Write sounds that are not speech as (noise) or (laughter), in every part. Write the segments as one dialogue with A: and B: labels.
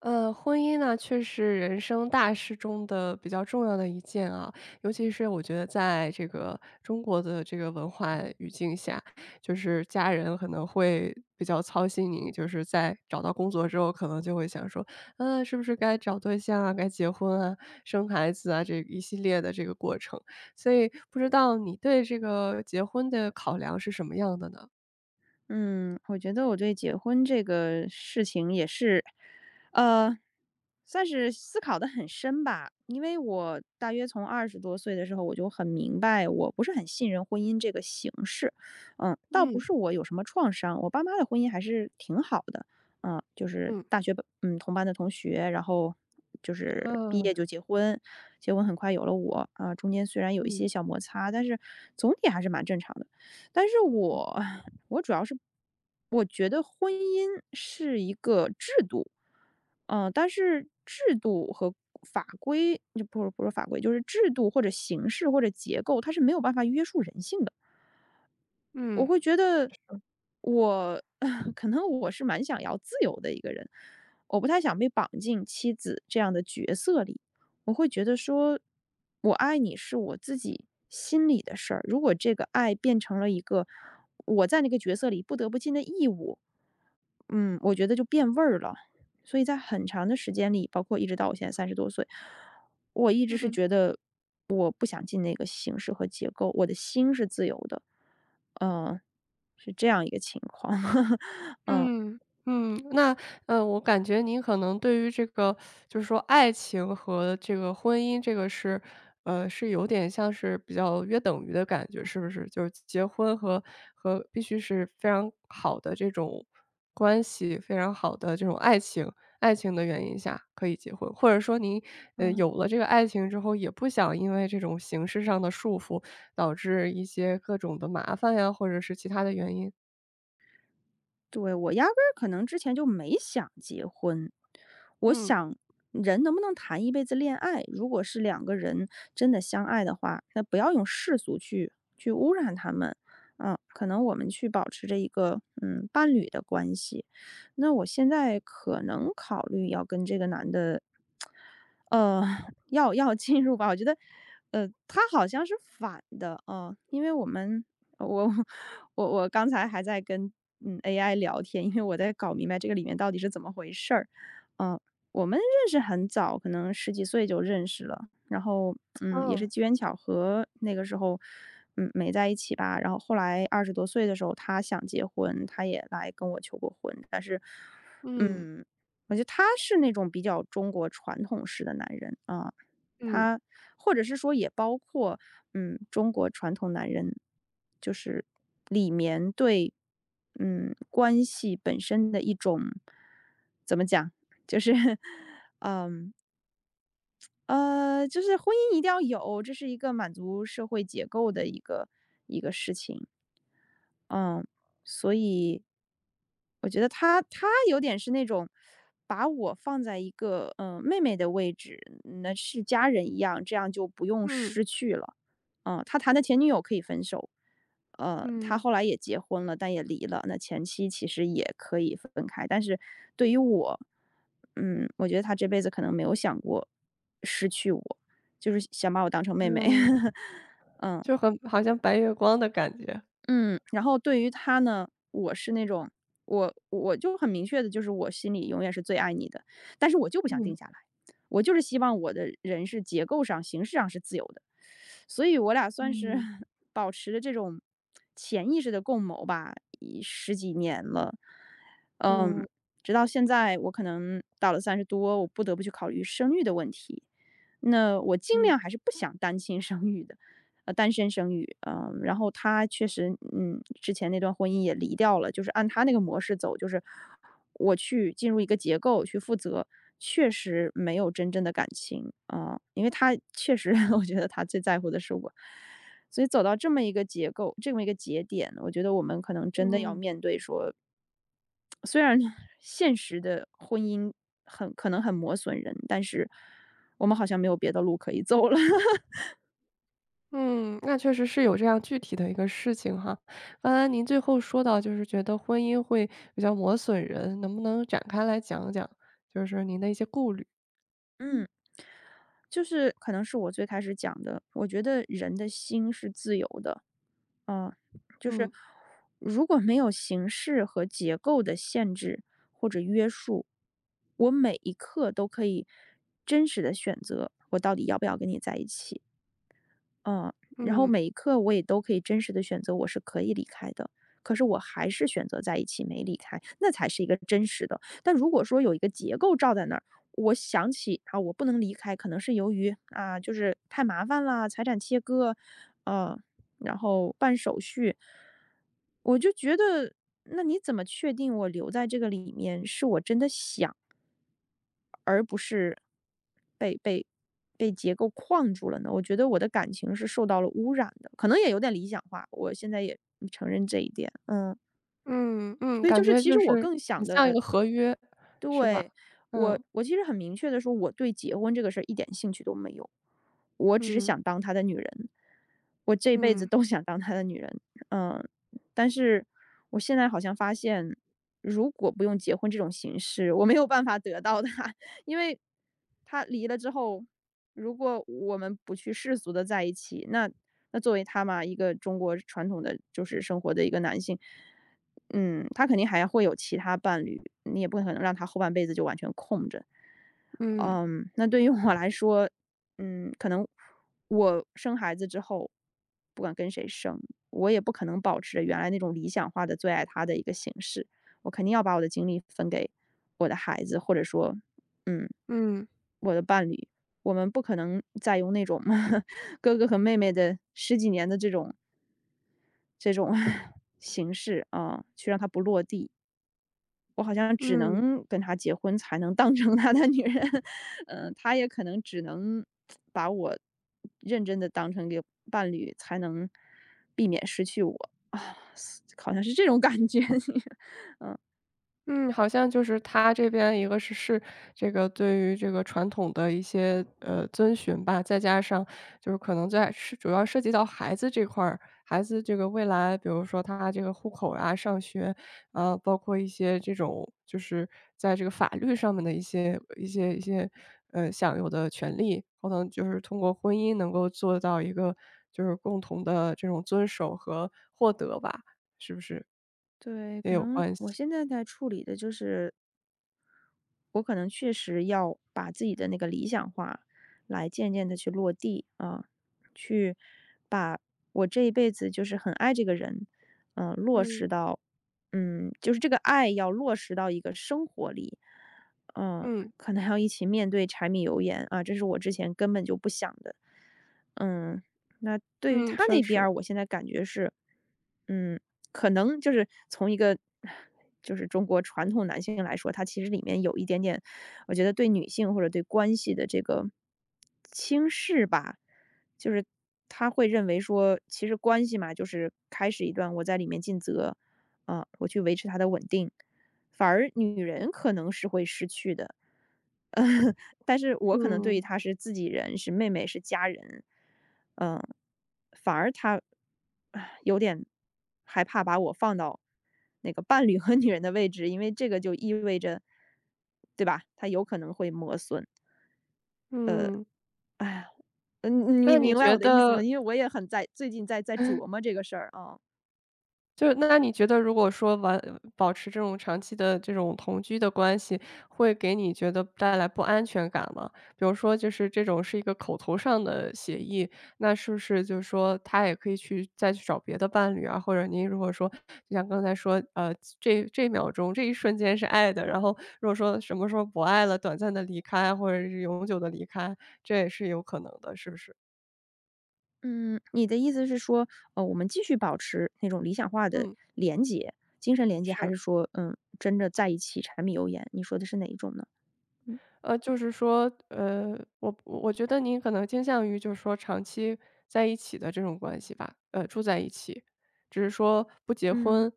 A: 婚姻呢，却是人生大事中的比较重要的一件啊，尤其是我觉得在这个中国的这个文化语境下，就是家人可能会比较操心你，就是在找到工作之后，可能就会想说，是不是该找对象啊，该结婚啊，生孩子啊，这一系列的这个过程。所以不知道你对这个结婚的考量是什么样的呢？
B: 嗯，我觉得我对结婚这个事情也是，呃，算是思考的很深吧。因为我大约从二十多岁的时候，我就很明白，我不是很信任婚姻这个形式。倒不
A: 嗯
B: 是我有什么创伤，我爸妈的婚姻还是挺好的。就是
A: 嗯
B: 大学同班的同学，然后就是毕
A: 嗯。
B: 业就结婚，结婚很快有了我啊、中间虽然有一些
A: 嗯
B: 小摩擦，但是总体还是蛮正常的。但是我主要是我觉得婚姻是一个制度，但是制度和法规就不是法规，就是制度或者形式或者结构，它是没有办法约束人性的。我
A: 嗯
B: 会觉得我 (laughs) 可能我是蛮想要自由的一个人，我不太想被绑进妻子这样的角色里。我会觉得说，我爱你是我自己心里的事儿。如果这个爱变成了一个我在那个角色里不得不尽的义务，我觉得就变味儿了。所以在很长的时间里，包括一直到我现在三十多岁，我一直是
A: 嗯
B: 觉得我不想进那个形式和结构，我的心是自由的，嗯，是这样一个情况。(laughs) 嗯。
A: 嗯，嗯，那，我感觉您可能对于这个就是说爱情和这个婚姻，这个是，呃，是有点像是比较约等于的感觉，是不是？就是结婚和必须是非常好的这种关系，非常好的这种爱情爱情的原因下可以结婚，或者说您，
B: 嗯。
A: 有了这个爱情之后，也不想因为这种形式上的束缚，导致一些各种的麻烦呀，或者是其他的原因。
B: 对，我压根儿可能之前就没想结婚。我
A: 嗯，
B: 想人能不能谈一辈子恋爱，如果是两个人真的相爱的话，那不要用世俗去污染他们。可能我们去保持着一个伴侣的关系。那我现在可能考虑要跟这个男的，呃，(laughs) 要进入吧。我觉得，他好像是反的啊、因为我们我我我刚才还在跟AI 聊天，因为我在搞明白这个里面到底是怎么回事儿。嗯、我们认识很早，可能十几岁就认识了，然后也是
A: 嗯
B: 机缘巧合，那个时候没在一起吧。然后后来二十多岁的时候，他想结婚，他也来跟我求过婚，但是
A: 嗯。
B: 嗯，我觉得他是那种比较中国传统式的男人啊、
A: 嗯，
B: 他或者是说也包括，中国传统男人就是里面对，关系本身的一种怎么讲，就是 (laughs)，嗯，就是婚姻一定要有，这是一个满足社会结构的一个一个事情。嗯，所以我觉得他有点是那种把我放在一个妹妹的位置，那是家人一样，这样就不用
A: 嗯，
B: 失去了。他谈的前女友可以分手，他
A: 嗯。
B: 后来也结婚了，但也离了。那前妻其实也可以分开，但是对于我，我觉得他这辈子可能没有想过失去我，就是想把我当成妹妹。
A: 嗯，
B: (laughs)
A: 就很好像白月光的感觉。
B: 嗯，然后对于他呢，我是那种我就很明确的，就是我心里永远是最爱你的，但是我就不想定
A: 嗯，
B: 下来，我就是希望我的人是结构上、形式上是自由的，所以我俩算是
A: 嗯，
B: (laughs) 保持着这种潜意识的共谋吧，已十几年了，嗯，
A: 嗯。
B: 直到现在，我可能到了三十多，我不得不去考虑生育的问题，那我尽
A: 嗯，
B: 量还是不想单亲生育的。单身生育，然后他确实，之前那段婚姻也离掉了，就是按他那个模式走，就是我去进入一个结构去负责，确实没有真正的感情啊、因为他确实 (laughs) 我觉得他最在乎的是我，所以走到这么一个结构，这么一个节点，我觉得我们可能真的要
A: 嗯。
B: 面对说，虽然现实的婚姻很可能很磨损人，但是我们好像没有别的路可以走了。
A: 嗯，那确实是有这样具体的一个事情哈。刚才您最后说到就是觉得婚姻会比较磨损人，能不能展开来讲讲，就是您的一些顾虑？
B: (laughs) 嗯。就是可能是我最开始讲的，我觉得人的心是自由的，嗯，就是
A: 嗯。
B: 如果没有形式和结构的限制或者约束，我每一刻都可以真实的选择我到底要不要跟你在一起。嗯，然后
A: 嗯，
B: 每一刻我也都可以真实的选择我是可以离开的，可是我还是选择在一起没离开，那才是一个真实的。但如果说有一个结构罩在那儿，我想起啊，我不能离开，可能是由于啊，就是太麻烦啦，财产切割，呃，然后办手续。我就觉得，那你怎么确定我留在这个里面是我真的想，而不是被被被结构框住了呢？我觉得我的感情是受到了污染的，可能也有点理想化，我现在也。
A: 嗯，嗯，
B: 所以就
A: 感
B: 是
A: 觉
B: 其实
A: 就
B: 我
A: 是
B: 更
A: 很
B: 想
A: 像一
B: 的
A: 个合约，是吧？
B: 对，我
A: 嗯。
B: 我其实很明确的说，我对结婚这个事儿一点兴趣都没有，我只是
A: 嗯，
B: 想当他的女人，我这辈子
A: 嗯，
B: 都想当他的女人。嗯，但是我现在好像发现，如果不用结婚这种形式，我没有办法得到他，(laughs) 因为他离了之后，如果我们不去世俗的在一起，那作为他嘛，一个中国传统的就是生活的一个男性，他肯定还会有其他伴侣，你也不可能让他后半辈子就完全空着。
A: 嗯，
B: 那对于我来说，可能我生孩子之后，不管跟谁生，我也不可能保持着原来那种理想化的最爱他的一个形式，我肯定要把我的精力分给我的孩子，或者说，嗯，
A: 嗯，
B: 我的伴侣。我们不可能再用那种 (laughs) 哥哥和妹妹的十几年的这种 (laughs) 形式啊、去让他不落地。我好像只
A: 嗯。
B: 能跟他结婚才能当成他的女人。(laughs) 他也可能只能把我认真的当成一个伴侣，才能避免失去我。好像是这种感觉。(laughs)
A: 嗯，好像就是他这边一个是这个对于这个传统的一些，遵循吧，再加上就是可能在是主要涉及到孩子这块儿，孩子这个未来，比如说他这个户口啊、上学，啊，包括一些这种就是在这个法律上面的一些，享有的权利，可能就是通过婚姻能够做到一个就是共同的这种遵守和获得吧，是不是？
B: 对，
A: 也
B: 可
A: 有
B: 能
A: 关
B: 我
A: 系，
B: 现在在处理的就是我可能确实要把自己的那个理想化来渐渐的去落地啊，去把我这一辈子就是很爱这个人，落
A: 嗯。
B: 实到就是这个爱要落实到一个生活里，嗯，
A: 嗯，
B: 可能还要一起面对柴米油盐啊，这是我之前根本就不想的。嗯，那对于
A: 嗯，
B: 他
A: 确
B: 那边
A: 实，
B: 儿我现在感觉是，嗯，可能就是从一个就是中国传统男性来说，他其实里面有一点点，我觉得对女性或者对关系的这个轻视吧，就是他会认为说，其实关系嘛，就是开始一段我在里面尽责，啊、我去维持它的稳定，反而女人可能是会失去的。(laughs) 嗯，但是我可能对于
A: 嗯，
B: 他是自己人，是妹妹，是家人，嗯，反而他有点害怕把我放到那个伴侣和女人的位置，因为这个就意味着，对吧？他有可能会磨损。
A: 嗯。
B: 哎呀，你
A: 那你
B: 明白
A: 觉
B: 我的意思吗？
A: 得
B: 因为我也很在最近在琢磨这个事儿啊。
A: 如果说完保持这种长期的这种同居的关系，会给你觉得带来不安全感吗？比如说就是这种是一个口头上的协议，那是不是就是说他也可以去再去找别的伴侣啊？或者您如果说就像刚才说，这秒钟、这一瞬间是爱的，然后如果说什么时候不爱了，短暂的离开，或者是永久的离开，这也是有可能的，是不是？
B: 嗯，你的意思是说，我们继续保持那种理想化的
A: 嗯。
B: 连接、精神连接，还
A: 是，
B: 是说，真的在一起柴米油盐？你说的是哪一种呢？
A: 就是说，我觉得您可能倾向于就是说长期在一起的这种关系吧，住在一起，只是说不结
B: 嗯。
A: 婚，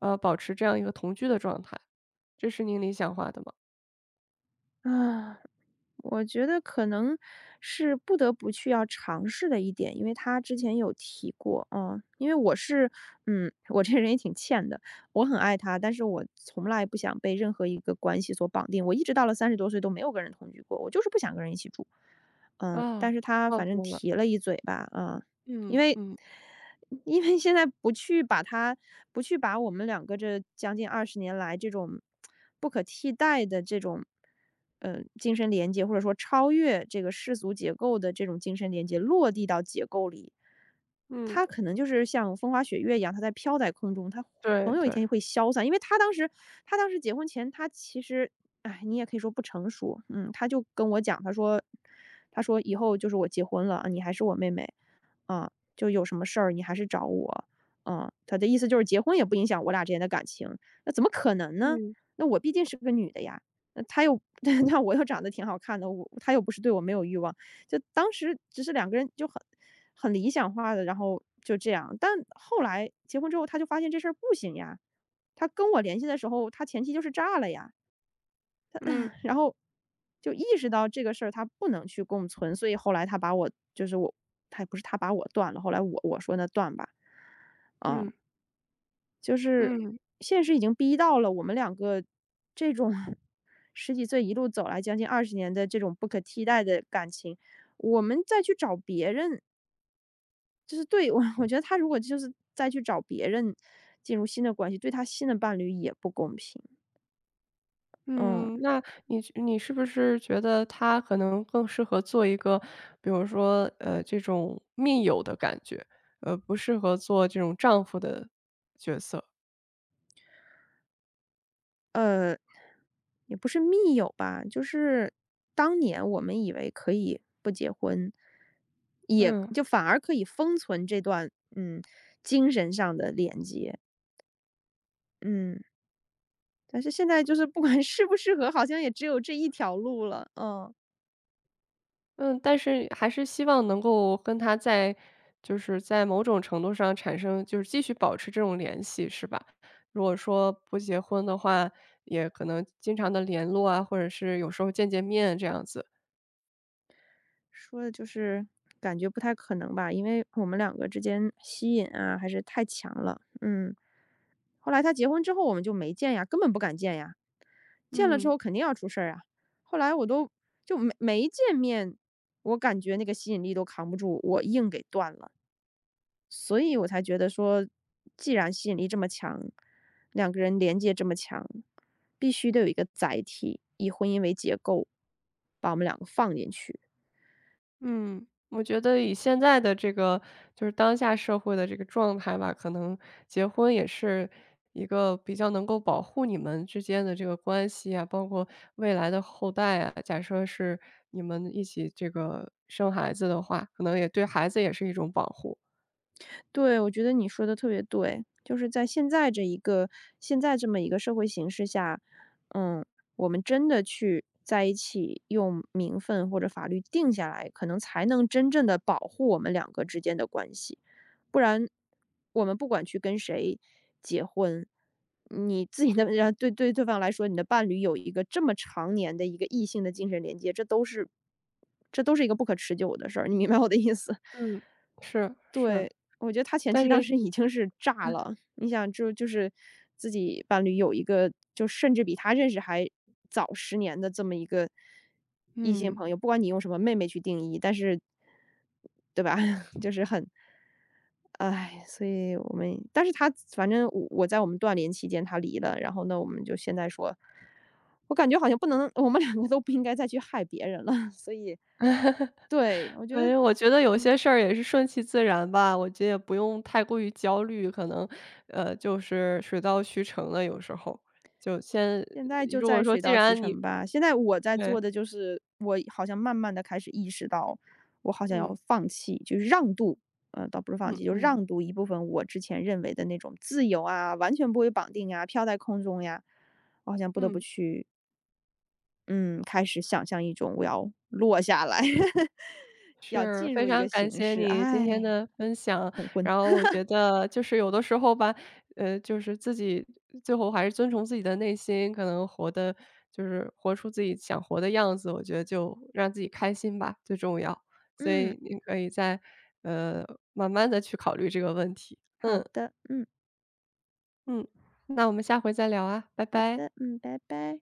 A: 保持这样一个同居的状态，这是您理想化的吗？
B: 啊。我觉得可能是不得不去要尝试的一点，因为他之前有提过，啊。因为我是，嗯，我这人也挺欠的，我很爱他，但是我从来不想被任何一个关系所绑定，我一直到了30多岁都没有跟人同居过，我就是不想跟人一起住，嗯，
A: 啊，
B: 但是他
A: 哦，
B: 反正
A: 懂了，
B: 提了一嘴吧，嗯，因
A: 嗯
B: 为
A: 嗯
B: 因为现在不去把它不去把我们两个这将近二十年来这种不可替代的这种，精神连接，或者说超越这个世俗结构的这种精神连接落地到结构里，
A: 嗯，
B: 它可能就是像风花雪月一样，它在飘在空中，它
A: 对
B: 总有一
A: 对，
B: 天会消散。因为他当时结婚前，他其实，哎，你也可以说不成熟，嗯，他就跟我讲，他说：“以后就是我结婚了，啊你还是我妹妹。"啊，就有什么事儿你还是找我。嗯，他的意思就是结婚也不影响我俩之间的感情，那怎么可能呢？
A: 嗯
B: 那我毕竟是个女的呀，那他又 (laughs) 那我又长得挺好看的，我他又不是对我没有欲望，就当时只是两个人就很很理想化的，然后就这样。但后来结婚之后，他就发现这事儿不行呀，他跟我联系的时候，他前妻就是炸了呀。
A: 嗯
B: 然后就意识到这个事儿他不能去共存，所以后来他把我就是我，他也不是他把我断了，后来我说那断吧，嗯，
A: 嗯
B: 就是
A: 嗯。
B: 现实已经逼到了我们两个这种 (laughs) 十几岁一路走来将近二十年的这种不可替代的感情，我们再去找别人，就是对我，我觉得他如果就是再去找别人进入新的关系，对他新的伴侣也不公平。嗯，
A: 嗯，那你是不是觉得他可能更适合做一个，比如说，这种密友的感觉，不适合做这种丈夫的角色？
B: 呃，也不是密友吧，就是当年我们以为可以不结婚，也
A: 嗯，
B: 就反而可以封存这段，嗯，精神上的连接，嗯。但是现在就是不管适不适合，好像也只有这一条路了，嗯。
A: 嗯，但是还是希望能够跟他在就是在某种程度上产生就是继续保持这种联系，是吧？如果说不结婚的话，也可能经常的联络啊，或者是有时候见见面这样子，
B: 说的就是感觉不太可能吧，因为我们两个之间吸引啊，还是太强了，嗯。后来他结婚之后我们就没见呀，根本不敢见呀。见了之
A: 嗯。
B: 后肯定要出事儿啊。后来我都就没见面，我感觉那个吸引力都扛不住，我硬给断了。所以我才觉得说，既然吸引力这么强，两个人连接这么强，必须得有一个载体，以婚姻为结构，把我们两个放进去。
A: 嗯，我觉得以现在的这个就是当下社会的这个状态吧，可能结婚也是一个比较能够保护你们之间的这个关系啊，包括未来的后代啊。假设是你们一起这个生孩子的话，可能也对孩子也是一种保护。
B: 对，我觉得你说的特别对，就是在现在这一个现在这么一个社会形势下，嗯，我们真的去在一起用名分或者法律定下来，可能才能真正的保护我们两个之间的关系。不然，我们不管去跟谁结婚，你自己的人对对方来说，你的伴侣有一个这么常年的一个异性的精神连接，这都是一个不可持久的事儿，你明白我的意思？
A: 嗯，是是，
B: 对，我觉得他前妻
A: 但
B: 当
A: 是
B: 时已经是炸了，你想就是自己伴侣有一个就甚至比他认识还早十年的这么一个异性
A: 嗯。
B: 朋友，不管你用什么"妹妹"去定义，但是对吧？(laughs) 就是很哎，所以我们但是他反正我在我们断联期间他离了，然后呢，我们就现在说，我感觉好像不能我们两个都不应该再去害别人了，所以对，我觉得
A: 哎，我觉得有
B: 嗯。
A: 些事儿也是顺其自然吧，我觉得也不用太过于焦虑，可能，就是水到渠成了。有时候就先
B: 现在就
A: 如
B: 在
A: 果说
B: 水
A: 既
B: 到渠
A: 然你
B: 成吧。现在我在
A: 对，
B: 做的就是，我好像慢慢的开始意识到，我好像要
A: 嗯，
B: 放弃，就是让渡，倒不是放
A: 嗯
B: 弃，就
A: 嗯，
B: 让渡一部分我之前认为的那种自由啊，完全不会绑定啊，飘在空中呀，我好像不得不
A: 嗯。
B: 去，嗯，开始想象一种我要落下来，(laughs) 要
A: 是，
B: 进
A: 非
B: 入一个
A: 常感
B: 形
A: 谢
B: 式，
A: 你今天
B: 哎，
A: 的分享。然后我觉得就是有的时候吧，就是自己最后还是遵从自己的内心，可能活的就是活出自己想活的样子，我觉得就让自己开心吧，最重要。所
B: 嗯，
A: 以你可以再呃慢慢的去考虑这个问题。
B: 好
A: 嗯
B: 的，嗯，
A: 嗯，那我们下回再聊啊，拜
B: 好
A: 拜。
B: 的，嗯，拜拜。